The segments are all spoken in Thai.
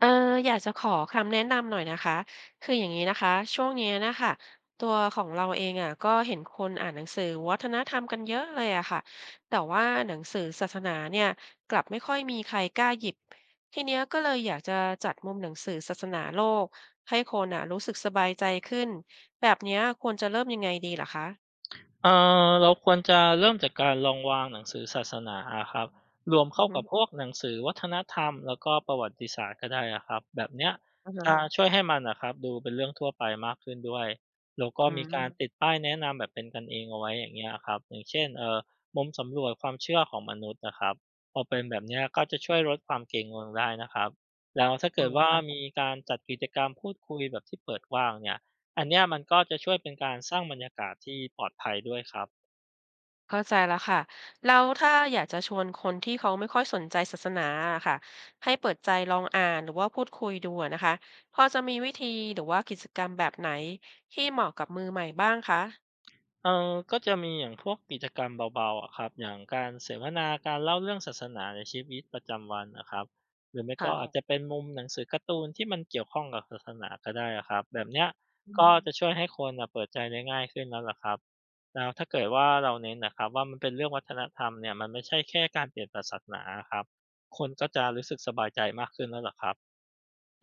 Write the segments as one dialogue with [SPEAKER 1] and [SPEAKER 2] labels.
[SPEAKER 1] เอออยากจะขอคำแนะนำหน่อยนะคะคืออย่างนี้นะคะช่วงเนี้ยนะคะตัวของเราเองอ่ะก็เห็นคนอ่านหนังสือวัฒนธรรมกันเยอะเลยอะค่ะแต่ว่าหนังสือศาสนาเนี่ยกลับไม่ค่อยมีใครกล้าหยิบทีเนี้ยก็เลยอยากจะจัดมุมหนังสือศาสนาโลกให้คนอ่ะรู้สึกสบายใจขึ้นแบบเนี้ยควรจะเริ่มยังไงดีลหรอคะ
[SPEAKER 2] เอ่เราควรจะเริ่มจากการลองวางหนังสือศาสนาอะครับรวม
[SPEAKER 1] อื
[SPEAKER 2] เข้า
[SPEAKER 1] อฮึ
[SPEAKER 2] กับพวกหนังสือวัฒนธรรมแล้วก็ประวัติศาสตร์ก็ได้อะครับแบบเนี้ย
[SPEAKER 1] อือฮึ
[SPEAKER 2] จะช่วยให้มันนะครับดูเป็นเรื่องทั่วไปมากขึ้นด้วยแล้วก็
[SPEAKER 1] อื
[SPEAKER 2] มีการติ
[SPEAKER 1] ม
[SPEAKER 2] ดป้ายแนะนำแบบเป็นกันเองเอาไว้อย่างเงี้ยครับอย่างเช่นมุมสำรวจความเชื่อของมนุษย์นะครับพอเป็นแบบเนี้ยก็จะช่วยลดความเกรงงวงได้นะครับแล้วถ้า
[SPEAKER 1] อ๋
[SPEAKER 2] เกิ
[SPEAKER 1] อ
[SPEAKER 2] ดว่ามี
[SPEAKER 1] ค่ะ
[SPEAKER 2] การจัดกิจกรรมพูดคุยแบบที่เปิดกว้างเนี่ย อันเนี้ยมันก็จะช่วยเป็นการสร้างบรรยากาศที่ปลอดภัยด้วยครับ
[SPEAKER 1] เข้าใจแล้วค่ะแล้วถ้าอยากจะชวนคนที่เขาไม่ค่อยสนใจศาสนาอะค่ะให้เปิดใจลองอ่านหรือว่าพูดคุยดูอะนะคะพอจะมีวิธีหรือว่ากิจกรรมแบบไหนที่เหมาะกับมือใหม่บ้างคะ
[SPEAKER 2] ก็จะมีอย่างพวกกิจกรรมเบาๆอะครับอย่างการเสวนาการเล่าเรื่องศาสนาในชีวิตประจำวันนะครับหรือไม่ก็
[SPEAKER 1] ค่ะ
[SPEAKER 2] อาจจะเป็นมุมหนังสือการ์ตูนที่มันเกี่ยวข้องกับศาสนาก็ได้อะครับแบบเนี้ย
[SPEAKER 1] อื
[SPEAKER 2] ก็
[SPEAKER 1] ม
[SPEAKER 2] จะช่วยให้คนอะเปิดใจได้ง่ายขึ้นแล้วล่ะครับแล้วถ้าเกิดว่าเราเน้นนะครับว่ามันเป็นเรื่องวัฒนธรรมเนี่ยมันไม่ใช่แค่การเปลี่ยนศาสนาครับคนก็จะรู้สึกสบายใจมากขึ้นแล้วล่ะครับ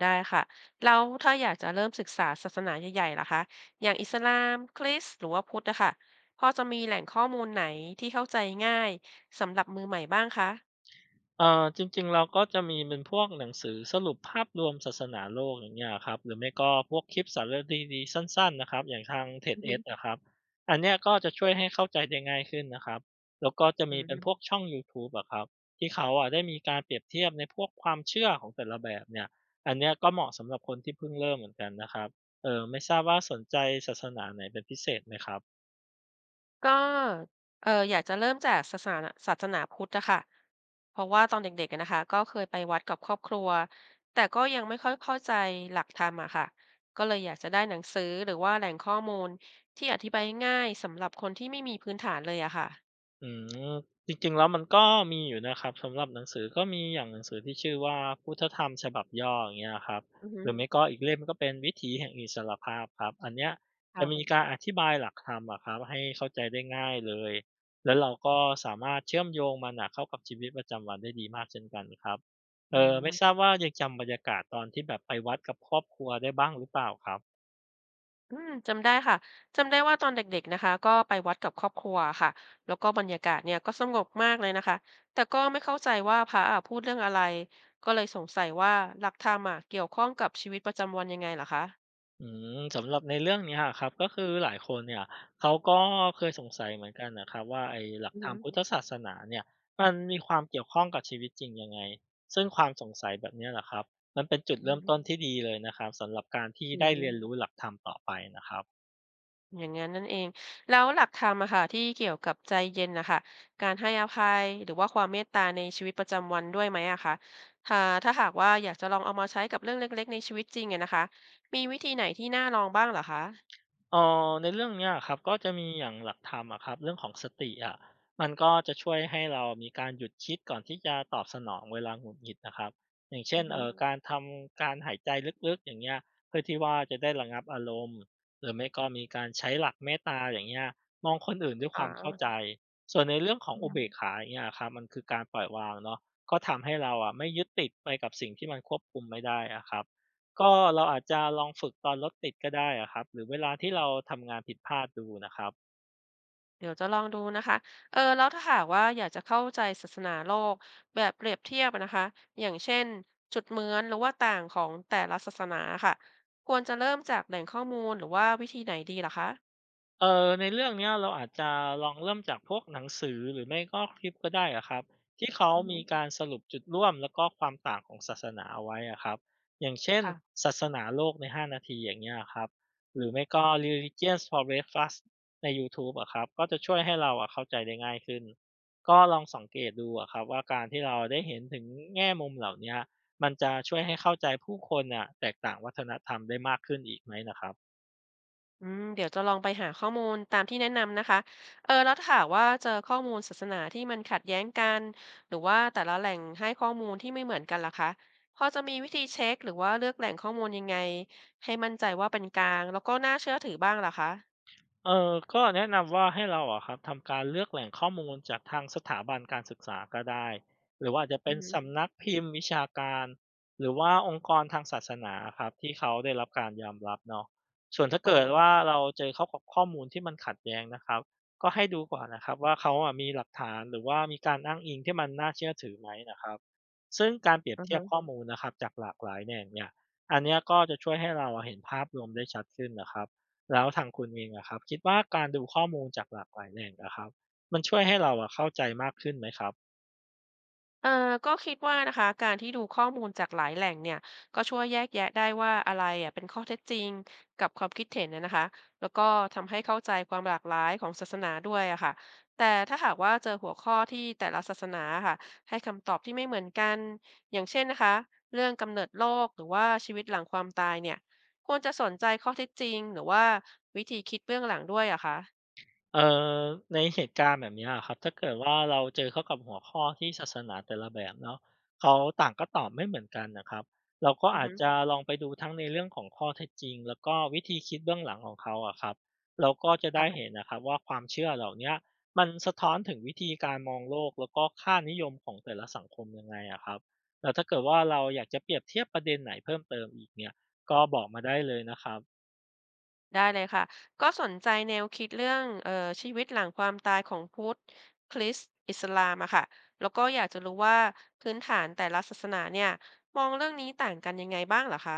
[SPEAKER 1] ได้ค่ะแล้วถ้าอยากจะเริ่มศึกษาศาสนาใหญ่ๆล่ะคะอย่างอิสลามคริสต์หรือว่าพุทธนะค่ะพอจะมีแหล่งข้อมูลไหนที่เข้าใจง่ายสำหรับมือใหม่บ้างคะ
[SPEAKER 2] จริงๆเราก็จะมีเป็นพวกหนังสือสรุปภาพรวมศาสนาโลกอย่างเงี้ยครับหรือไม่ก็พวกคลิปสารคดีๆสั้นๆนะครับอย่างทางเท็ด
[SPEAKER 1] อือ
[SPEAKER 2] เอ
[SPEAKER 1] ฮึ
[SPEAKER 2] กซ์นะครับอันเนี้ยก็จะช่วยให้เข้าใจได้ง่ายขึ้นนะครับแล้วก็จะ
[SPEAKER 1] อื
[SPEAKER 2] มีเป็นพ
[SPEAKER 1] ม
[SPEAKER 2] วกช่องยูทูบอะครับที่เขาอะได้มีการเปรียบเทียบในพวกความเชื่อของแต่ละแบบเนี่ยอันเนี้ยก็เหมาะสำหรับคนที่เพิ่งเริ่มเหมือนกันนะครับเออไม่ทราบว่าสนใจศาสนาไหนเป็นพิเศษไหมครับ
[SPEAKER 1] ก็เอออยากจะเริ่มจากศาสนาพุทธอะค่ะเพราะว่าตอนเด็กๆอะนะคะก็เคยไปวัดกับครอบครัว แต่ก็ยังไม่ค่อยเข้าใจหลักธรรมอะค่ะก็เลยอยากจะได้หนังสือหรือว่าแหล่งข้อมูลที่อธิบายง่ายสำหรับคนที่ไม่มีพื้นฐานเลยอะค่ะ
[SPEAKER 2] อืมจริงๆแล้วมันก็มีอยู่นะครับสำหรับหนังสือก็มีอย่างหนังสือที่ชื่อว่าพุทธธรรมฉบับย่ออย่างเงี้ยครับ
[SPEAKER 1] อือฮึ
[SPEAKER 2] หรือไม่ก็อีกเล่มก็เป็นวิถีแห่งอิสรภาพครับอันเนี้ยจะมี
[SPEAKER 1] ค่ะ
[SPEAKER 2] การอธิบายหลักธรรมอะครับให้เข้าใจได้ง่ายเลยแล้วเราก็สามารถเชื่อมโยงมันน่ะเข้ากับชีวิตประจำวันได้ดีมากเช่นกันครับ
[SPEAKER 1] อื
[SPEAKER 2] ไม่
[SPEAKER 1] ม
[SPEAKER 2] ทราบว่ายังจำบรรยากาศตอนที่แบบไปวัดกับครอบครัวได้บ้างหรือเปล่าครับ
[SPEAKER 1] อืมจำได้ค่ะจำได้ว่าตอนเด็กๆนะคะก็ไปวัดกับครอบครัวค่ะแล้วก็บรรยากาศเนี่ยก็สงบมากเลยนะคะแต่ก็ไม่เข้าใจว่าพระอะพูดเรื่องอะไรก็เลยสงสัยว่าหลักธรรมอะเกี่ยวข้องกับชีวิตประจำวันยังไงเหรอคะ
[SPEAKER 2] อืมสำหรับในเรื่องเนี้ยครับก็คือหลายคนเนี่ยเขาก็เคยสงสัยเหมือนกันนะครับว่าไอ้หลัก
[SPEAKER 1] อือ
[SPEAKER 2] ธร
[SPEAKER 1] ฮึ
[SPEAKER 2] รมพุทธศาสนาเนี่ยมันมีความเกี่ยวข้องกับชีวิตจริงยังไงซึ่งความสงสัยแบบเนี้ยแหละครับมันเป็นจุด
[SPEAKER 1] อื
[SPEAKER 2] เริ่ม
[SPEAKER 1] ม
[SPEAKER 2] ต้นที่ดีเลยนะครับสำหรับการที่
[SPEAKER 1] อื
[SPEAKER 2] ได้
[SPEAKER 1] ม
[SPEAKER 2] เรียนรู้หลักธรรมต่อไปนะครับ
[SPEAKER 1] อย่างนั้นนั่นเองแล้วหลักธรรมอะค่ะที่เกี่ยวกับใจเย็นนะคะการให้อภัยหรือว่าความเมตตาในชีวิตประจำวันด้วยไหมอะคะถ้าถ้าหากว่าอยากจะลองเอามาใช้กับเรื่องเล็กๆในชีวิตจริงอะนะคะมีวิธีไหนที่น่าลองบ้างเหรอคะ
[SPEAKER 2] เอ่ในเรื่องเนี้ยครับก็จะมีอย่างหลักธรรมอะครับเรื่องของสติอะมันก็จะช่วยให้เรามีการหยุดคิดก่อนที่จะตอบสนองเวลาหงุดหงิดนะครับอย่างเช่
[SPEAKER 1] อื
[SPEAKER 2] น
[SPEAKER 1] อฮึ
[SPEAKER 2] การทำการหายใจลึกๆอย่างเงี้ยเพื่อที่ว่าจะได้ระงับอารมณ์หรือไม่ก็มีการใช้หลักเมตตาอย่างเงี้ยมองคนอื่นด้วยค
[SPEAKER 1] อ่า
[SPEAKER 2] วามเข้าใจส่วนในเรื่องของอุเบกขาอย่างเงี้ยครับมันคือการปล่อยวางเนาะก็ทำให้เราอะไม่ยึดติดไปกับสิ่งที่มันควบคุมไม่ได้อะครับ ก็เราอาจจะลองฝึกตอนรถติดก็ได้อะครับหรือเวลาที่เราทำงานผิดพลาดดูนะครับ
[SPEAKER 1] เดี๋ยวจะลองดูนะคะเออแล้วถ้าหากว่าอยากจะเข้าใจศาสนาโลกแบบเปรียบเทียบอะนะคะอย่างเช่นจุดเหมือนหรือว่าต่างของแต่ละศาสนาค่ะควรจะเริ่มจากแหล่งข้อมูลหรือว่าวิธีไหนดีลหรคะ
[SPEAKER 2] ในเรื่องเนี้ยเราอาจจะลองเริ่มจากพวกหนังสือหรือไม่ก็คลิปก็ได้อะครับที่เขา
[SPEAKER 1] อือฮึ
[SPEAKER 2] มีการสรุปจุดร่วมแล้วก็ความต่างของศาสนาเอาไว้อะครับอย่างเช่น
[SPEAKER 1] ค่ะ
[SPEAKER 2] ศาสนาโลกใน5นาทีอย่างเงี้ยครับหรือไม่ก็ Religions for Breakfast ในยูทูบอะครับก็จะช่วยให้เราอะเข้าใจได้ง่ายขึ้นก็ลองสังเกตดูอะครับว่าการที่เราได้เห็นถึงแง่มุมเหล่าเนี้ยมันจะช่วยให้เข้าใจผู้คนอะแตกต่างวัฒนธรรมได้มากขึ้นอีกไหมนะครับ
[SPEAKER 1] อืมเดี๋ยวจะลองไปหาข้อมูลตามที่แนะนำนะคะ เออแล้วถ้าหากว่าเจอข้อมูลศาสนาที่มันขัดแย้งกันหรือว่าแต่ละแหล่งให้ข้อมูลที่ไม่เหมือนกันล่ะคะพอจะมีวิธีเช็คหรือว่าเลือกแหล่งข้อมูลยังไงให้มั่นใจว่าเป็นกลางแล้วก็น่าเชื่อถือบ้างล่ะคะ
[SPEAKER 2] เออก็แนะนำว่าให้เราอะครับทำการเลือกแหล่งข้อมูลจากทางสถาบันการศึกษาก็ได้หรือว่าอาจจะ
[SPEAKER 1] อื
[SPEAKER 2] เป็
[SPEAKER 1] อ
[SPEAKER 2] น
[SPEAKER 1] ฮึ
[SPEAKER 2] สำนักพิมพ์วิชาการหรือว่าองค์กรทางศาสนาครับที่เขาได้รับการยอมรับเนาะส่วนถ้า
[SPEAKER 1] อ๋
[SPEAKER 2] เกิด
[SPEAKER 1] อ
[SPEAKER 2] ว่าเราเจอเข้ากับข้อมูลที่มันขัดแย้งนะครับก็ให้ดูก่อนนะครับว่าเขาอะมีหลักฐานหรือว่ามีการอ้างอิงที่มันน่าเชื่อถือไหมนะครับซึ่งการเปรียบ
[SPEAKER 1] อือ
[SPEAKER 2] เทีย
[SPEAKER 1] ฮึ
[SPEAKER 2] บข้อมูลนะครับจากหลากหลายแหล่งเนี่ยอันเนี้ยก็จะช่วยให้เราอะเห็นภาพรวมได้ชัดขึ้นนะครับ แล้วทางคุณเองอะครับคิดว่าการดูข้อมูลจากหลากหลายแหล่งอะครับมันช่วยให้เราอะเข้าใจมากขึ้นไหมครับ
[SPEAKER 1] เอ่อก็คิดว่านะคะการที่ดูข้อมูลจากหลายแหล่งเนี่ยก็ช่วยแยกแยะได้ว่าอะไรอะเป็นข้อเท็จจริงกับความคิดเห็นนะคะแล้วก็ทำให้เข้าใจความหลากหลายของศาสนาด้วยอะค่ะแต่ถ้าหากว่าเจอหัวข้อที่แต่ละศาสนาค่ะให้คำตอบที่ไม่เหมือนกันอย่างเช่นนะคะเรื่องกำเนิดโลกหรือว่าชีวิตหลังความตายเนี่ยควรจะสนใจข้อเท็จจริงหรือว่าวิธีคิดเบื้องหลังด้วยอะคะ
[SPEAKER 2] เอ่อในเหตุการณ์แบบเนี้ยครับถ้าเกิดว่าเราเจอเข้ากับหัวข้อที่ศาสนาแต่ละแบบเนาะเขาต่างก็ตอบไม่เหมือนกันนะครับเราก็
[SPEAKER 1] อือ
[SPEAKER 2] อาจ
[SPEAKER 1] ฮึ
[SPEAKER 2] จะลองไปดูทั้งในเรื่องของข้อเท็จจริงแล้วก็วิธีคิดเบื้องหลังของเขาอะครับเราก็จะได้เห็นนะครับว่าความเชื่อเหล่าเนี้ยมันสะท้อนถึงวิธีการมองโลกแล้วก็ค่านิยมของแต่ละสังคมยังไงอะครับแล้วถ้าเกิดว่าเราอยากจะเปรียบเทียบประเด็นไหนเพิ่มเติมอีกเนี่ยก็บอกมาได้เลยนะครับ
[SPEAKER 1] ได้เลยค่ะก็สนใจแนวคิดเรื่องชีวิตหลังความตายของพุทธคริสต์อิสลามอะค่ะแล้วก็อยากจะรู้ว่าพื้นฐานแต่ละศาสนาเนี่ยมองเรื่องนี้ต่างกันยังไงบ้างเหรอคะ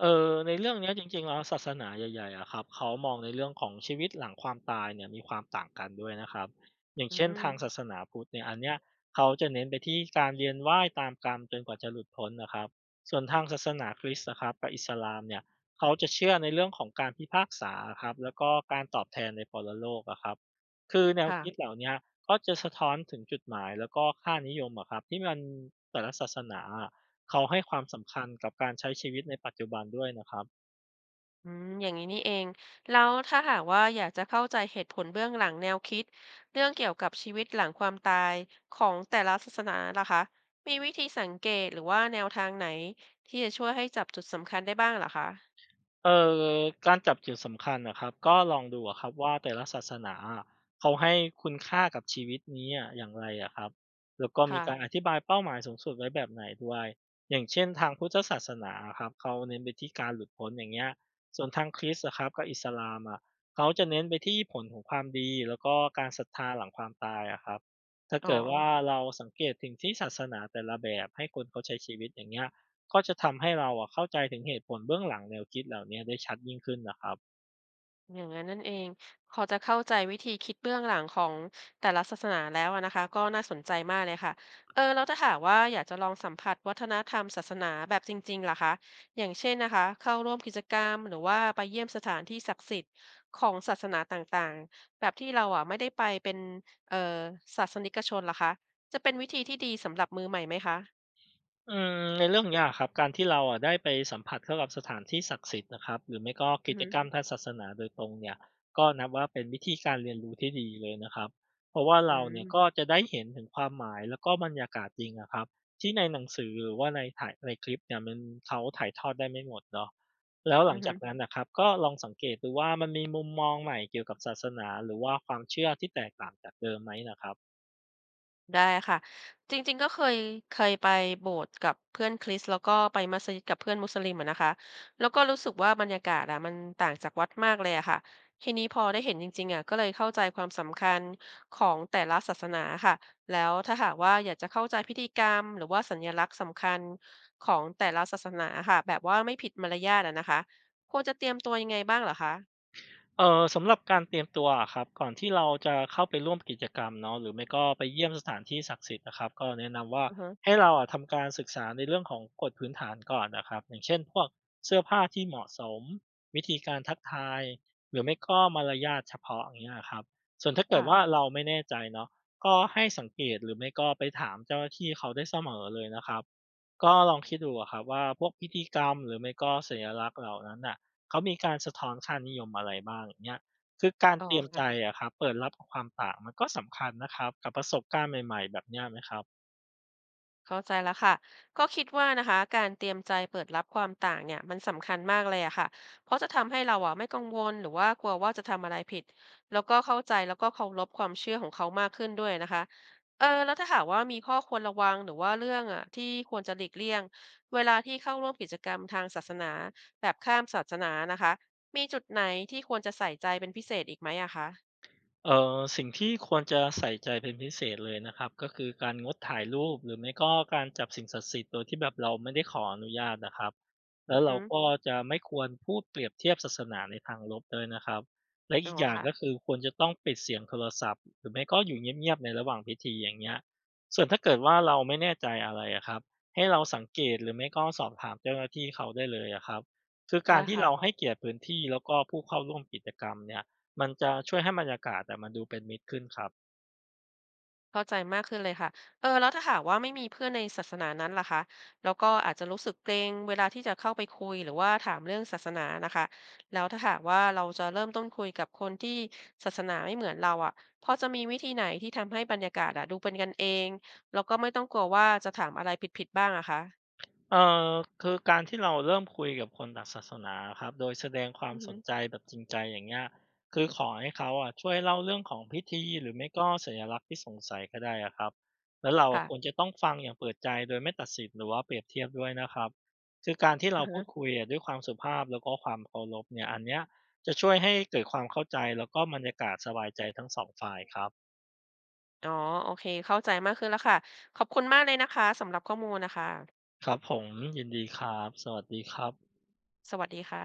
[SPEAKER 2] เออในเรื่องเนี้ยจริงๆแล้วศาสนาใหญ่ๆอะครับเขามองในเรื่องของชีวิตหลังความตายเนี่ยมีความต่างกันด้วยนะครับอย่าง
[SPEAKER 1] อื
[SPEAKER 2] เช่นทาง
[SPEAKER 1] ม
[SPEAKER 2] ศาสนาพุทธเนี่ยอันเนี้ยเขาจะเน้นไปที่การเวียนว่ายตามกรรมจนกว่าจะหลุดพ้นนะครับส่วนทางศาสนาคริสต์นะครับกับอิสลามเนี่ยเขาจะเชื่อในเรื่องของการพิพากษาครับแล้วก็การตอบแทนในปรโลกอะครับคือแนว
[SPEAKER 1] ค่ะ
[SPEAKER 2] คิดเหล่าเนี้ยก็จะสะท้อนถึงจุดหมายแล้วก็ค่านิยมอะครับที่มันแต่ละศาสนา เขาให้ความสำคัญกับการใช้ชีวิตในปัจจุบันด้วยนะครับ
[SPEAKER 1] อืมอย่างนี้นี่เองแล้วถ้าหากว่าอยากจะเข้าใจเหตุผลเบื้องหลังแนวคิดเรื่องเกี่ยวกับชีวิตหลังความตายของแต่ละศาสนาล่ะคะมีวิธีสังเกตหรือว่าแนวทางไหนที่จะช่วยให้จับจุดสำคัญได้บ้างเหรอคะ
[SPEAKER 2] เอ่อการจับจุดสำคัญนะครับก็ลองดูอะครับว่าแต่ละศาสนาอะเขาให้คุณค่ากับชีวิตนี้อะอย่างไรอะครับแล้วก็มีการอ
[SPEAKER 1] ค่ะ
[SPEAKER 2] ธิบายเป้าหมายสูงสุดไว้แบบไหนด้วยอย่างเช่นทางพุทธศาสนาอะครับเขาเน้นไปที่การหลุดพ้นอย่างเงี้ยส่วนทางคริสต์อะครับกับอิสลามอะเขาจะเน้นไปที่ผลของความดีแล้วก็การศรัทธาหลังความตายอะครับถ้า
[SPEAKER 1] อ๋อ
[SPEAKER 2] เกิดว่าเราสังเกตถึงที่ศาสนาแต่ละแบบให้คนเขาใช้ชีวิตอย่างเงี้ย ก็จะทำให้เราอะเข้าใจถึงเหตุผลเบื้องหลังแนวคิดเหล่าเนี้ยได้ชัดยิ่งขึ้นนะครับ
[SPEAKER 1] อย่างนั้นนั่นเองพอจะเข้าใจวิธีคิดเบื้องหลังของแต่ละศาสนาแล้วอะนะคะก็น่าสนใจมากเลยค่ะเออแล้วถ้าหากว่าอยากจะลองสัมผัสวัฒนธรรมศาสนาแบบจริงๆล่ะคะอย่างเช่นนะคะเข้าร่วมกิจกรรมหรือว่าไปเยี่ยมสถานที่ศักดิ์สิทธิ์ของศาสนาต่างๆแบบที่เราอะไม่ได้ไปเป็นเอ่อศาสนิกชนล่ะคะจะเป็นวิธีที่ดีสำหรับมือใหม่ไหมคะ
[SPEAKER 2] อืมในเรื่องยากครับการที่เราอะได้ไปสัมผัสเข้ากับสถานที่ศักดิ์สิทธิ์นะครับหรือไม่ก็
[SPEAKER 1] อื
[SPEAKER 2] กิ
[SPEAKER 1] อ
[SPEAKER 2] จ
[SPEAKER 1] ฮึ
[SPEAKER 2] กรรมทางศาสนาโดยตรงเนี่ยก็นับว่าเป็นวิธีการเรียนรู้ที่ดีเลยนะครับเพราะว่า
[SPEAKER 1] อื
[SPEAKER 2] เราเนี่ย
[SPEAKER 1] ม
[SPEAKER 2] ก็จะได้เห็นถึงความหมายแล้วก็บรรยากาศจริงนะครับที่ในหนังสือหรือว่าในถ่ายในคลิปเนี่ยมันเขาถ่ายทอดได้ไม่หมดเนาะแล้วห
[SPEAKER 1] อื
[SPEAKER 2] ลั
[SPEAKER 1] อ
[SPEAKER 2] ง
[SPEAKER 1] ฮึ
[SPEAKER 2] จากนั้นนะครับก็ลองสังเกตดูว่ามันมีมุมมองใหม่เกี่ยวกับศาสนาหรือว่าความเชื่อที่แตกต่างจากเดิมไหมนะครับ
[SPEAKER 1] ได้ค่ะจริงๆก็เคยไปโบสถ์กับเพื่อนคริสต์แล้วก็ไปมัสยิดกับเพื่อนมุสลิมอะนะคะแล้วก็รู้สึกว่าบรรยากาศอะมันต่างจากวัดมากเลยอะค่ะทีนี้พอได้เห็นจริงๆอะก็เลยเข้าใจความสำคัญของแต่ละศาสนาค่ะแล้วถ้าหากว่าอยากจะเข้าใจพิธีกรรมหรือว่าสัญลักษณ์สำคัญของแต่ละศาสนาค่ะแบบว่าไม่ผิดมารยาทอะนะคะควรจะเตรียมตัวยังไงบ้างเหรอคะ
[SPEAKER 2] สำหรับการเตรียมตัวอะครับก่อนที่เราจะเข้าไปร่วมกิจกรรมเนาะหรือไม่ก็ไปเยี่ยมสถานที่ศักดิ์สิทธิ์นะครับก็แนะนำว่า
[SPEAKER 1] อือฮึ
[SPEAKER 2] ให้เราอะทำการศึกษาในเรื่องของกฎพื้นฐานก่อนนะครับอย่างเช่นพวกเสื้อผ้าที่เหมาะสมวิธีการทักทายหรือไม่ก็มารยาทเฉพาะอย่างเงี้ยครับส่วนถ้าเกิดว่า
[SPEAKER 1] ค่ะ
[SPEAKER 2] เราไม่แน่ใจเนาะก็ให้สังเกตหรือไม่ก็ไปถามเจ้าหน้าที่เขาได้เสมอเลยนะครับก็ลองคิดดูอะครับว่าพวกพิธีกรรมหรือไม่ก็สัญลักษณ์เหล่านั้นน่ะ เขามีการสะท้อนค่านิยมอะไรบ้างอย่างเงี้ยคือการ
[SPEAKER 1] อ๋อ
[SPEAKER 2] เตรียมใจ
[SPEAKER 1] ค่ะ
[SPEAKER 2] อะครับเปิดรับกับความต่างมันก็สำคัญนะครับกับประสบการณ์ใหม่ๆแบบเนี้ยไหมครับ
[SPEAKER 1] เข้าใจแล้วค่ะก็คิดว่านะคะการเตรียมใจเปิดรับความต่างเนี่ยมันสำคัญมากเลยอะค่ะเพราะจะทำให้เราอะไม่กังวลหรือว่ากลัวว่าจะทำอะไรผิดแล้วก็เข้าใจแล้วก็เคารพความเชื่อของเขามากขึ้นด้วยนะคะเออแล้วถ้าหากว่ามีข้อควรระวังหรือว่าเรื่องอะที่ควรจะหลีกเลี่ยงเวลาที่เข้าร่วมกิจกรรมทางศาสนาแบบข้ามศาสนานะคะมีจุดไหนที่ควรจะใส่ใจเป็นพิเศษอีกไหมอะคะ
[SPEAKER 2] สิ่งที่ควรจะใส่ใจเป็นพิเศษเลยนะครับก็คือการงดถ่ายรูปหรือไม่ก็การจับสิ่งศักดิ์สิทธิ์โดยที่แบบเราไม่ได้ขออนุญาตนะครับแล้วเรา
[SPEAKER 1] อืม
[SPEAKER 2] ก็จะไม่ควรพูดเปรียบเทียบศาสนาในทางลบด้วยนะครับและ
[SPEAKER 1] อหืออ๋
[SPEAKER 2] อีกอ
[SPEAKER 1] อ
[SPEAKER 2] ย่าง
[SPEAKER 1] ค่ะ
[SPEAKER 2] ก็คือควรจะต้องปิดเสียงโทรศัพท์หรือไม่ก็อยู่เงียบๆในระหว่างพิธีอย่างเงี้ยส่วนถ้าเกิดว่าเราไม่แน่ใจอะไรอะครับให้เราสังเกตหรือไม่ก็สอบถามเจ้าหน้าที่เขาได้เลยอะครับคือกา
[SPEAKER 1] ได้
[SPEAKER 2] รที่เราให้
[SPEAKER 1] ค่ะ
[SPEAKER 2] เกียรติพื้นที่แล้วก็ผู้เข้าร่วมกิจกรรมเนี่ย มันจะช่วยให้บรรยากาศอะมันดูเป็นมิตรขึ้นครับ
[SPEAKER 1] เข้าใจมากขึ้นเลยค่ะเออแล้วถ้าหากว่าไม่มีเพื่อนในศาสนานั้นล่ะคะแล้วก็อาจจะรู้สึกเกรงเวลาที่จะเข้าไปคุยหรือว่าถามเรื่องศาสนานะคะแล้วถ้าหากว่าเราจะเริ่มต้นคุยกับคนที่ศาสนาไม่เหมือนเราอ่ะพอจะมีวิธีไหนที่ทำให้บรรยากาศอะดูเป็นกันเอง แล้วก็ไม่ต้องกลัวว่าจะถามอะไรผิดๆบ้างอะคะ
[SPEAKER 2] เอ่อคือการที่เราเริ่มคุยกับคนต่างศาสนาครับโดยแสดงความ
[SPEAKER 1] อือ
[SPEAKER 2] ส
[SPEAKER 1] ฮึ
[SPEAKER 2] นใจแบบจริงใจอย่างเงี้ยคือขอให้เขาอะช่วยเล่าเรื่องของพิธีหรือไม่ก็สัญลักษณ์ที่สงสัยก็ได้อะครับแล้วเราอะ
[SPEAKER 1] ค่ะ
[SPEAKER 2] ควรจะต้องฟังอย่างเปิดใจโดยไม่ตัดสินหรือว่าเปรียบเทียบด้วยนะครับคือการที่เรา
[SPEAKER 1] อ่า
[SPEAKER 2] พู
[SPEAKER 1] ฮะ
[SPEAKER 2] ดคุยอะด้วยความสุภาพแล้วก็ความเคารพเนี่ยอันเนี้ยจะช่วยให้เกิดความเข้าใจแล้วก็บรรยากาศสบายใจทั้งสองฝ่ายครับ
[SPEAKER 1] อ๋อโอเคเข้าใจมากขึ้นแล้วค่ะขอบคุณมากเลยนะคะสำหรับข้อมูลนะคะ
[SPEAKER 2] ครับผมยินดีครับสวัสดีครับ
[SPEAKER 1] สวัสดีค่ะ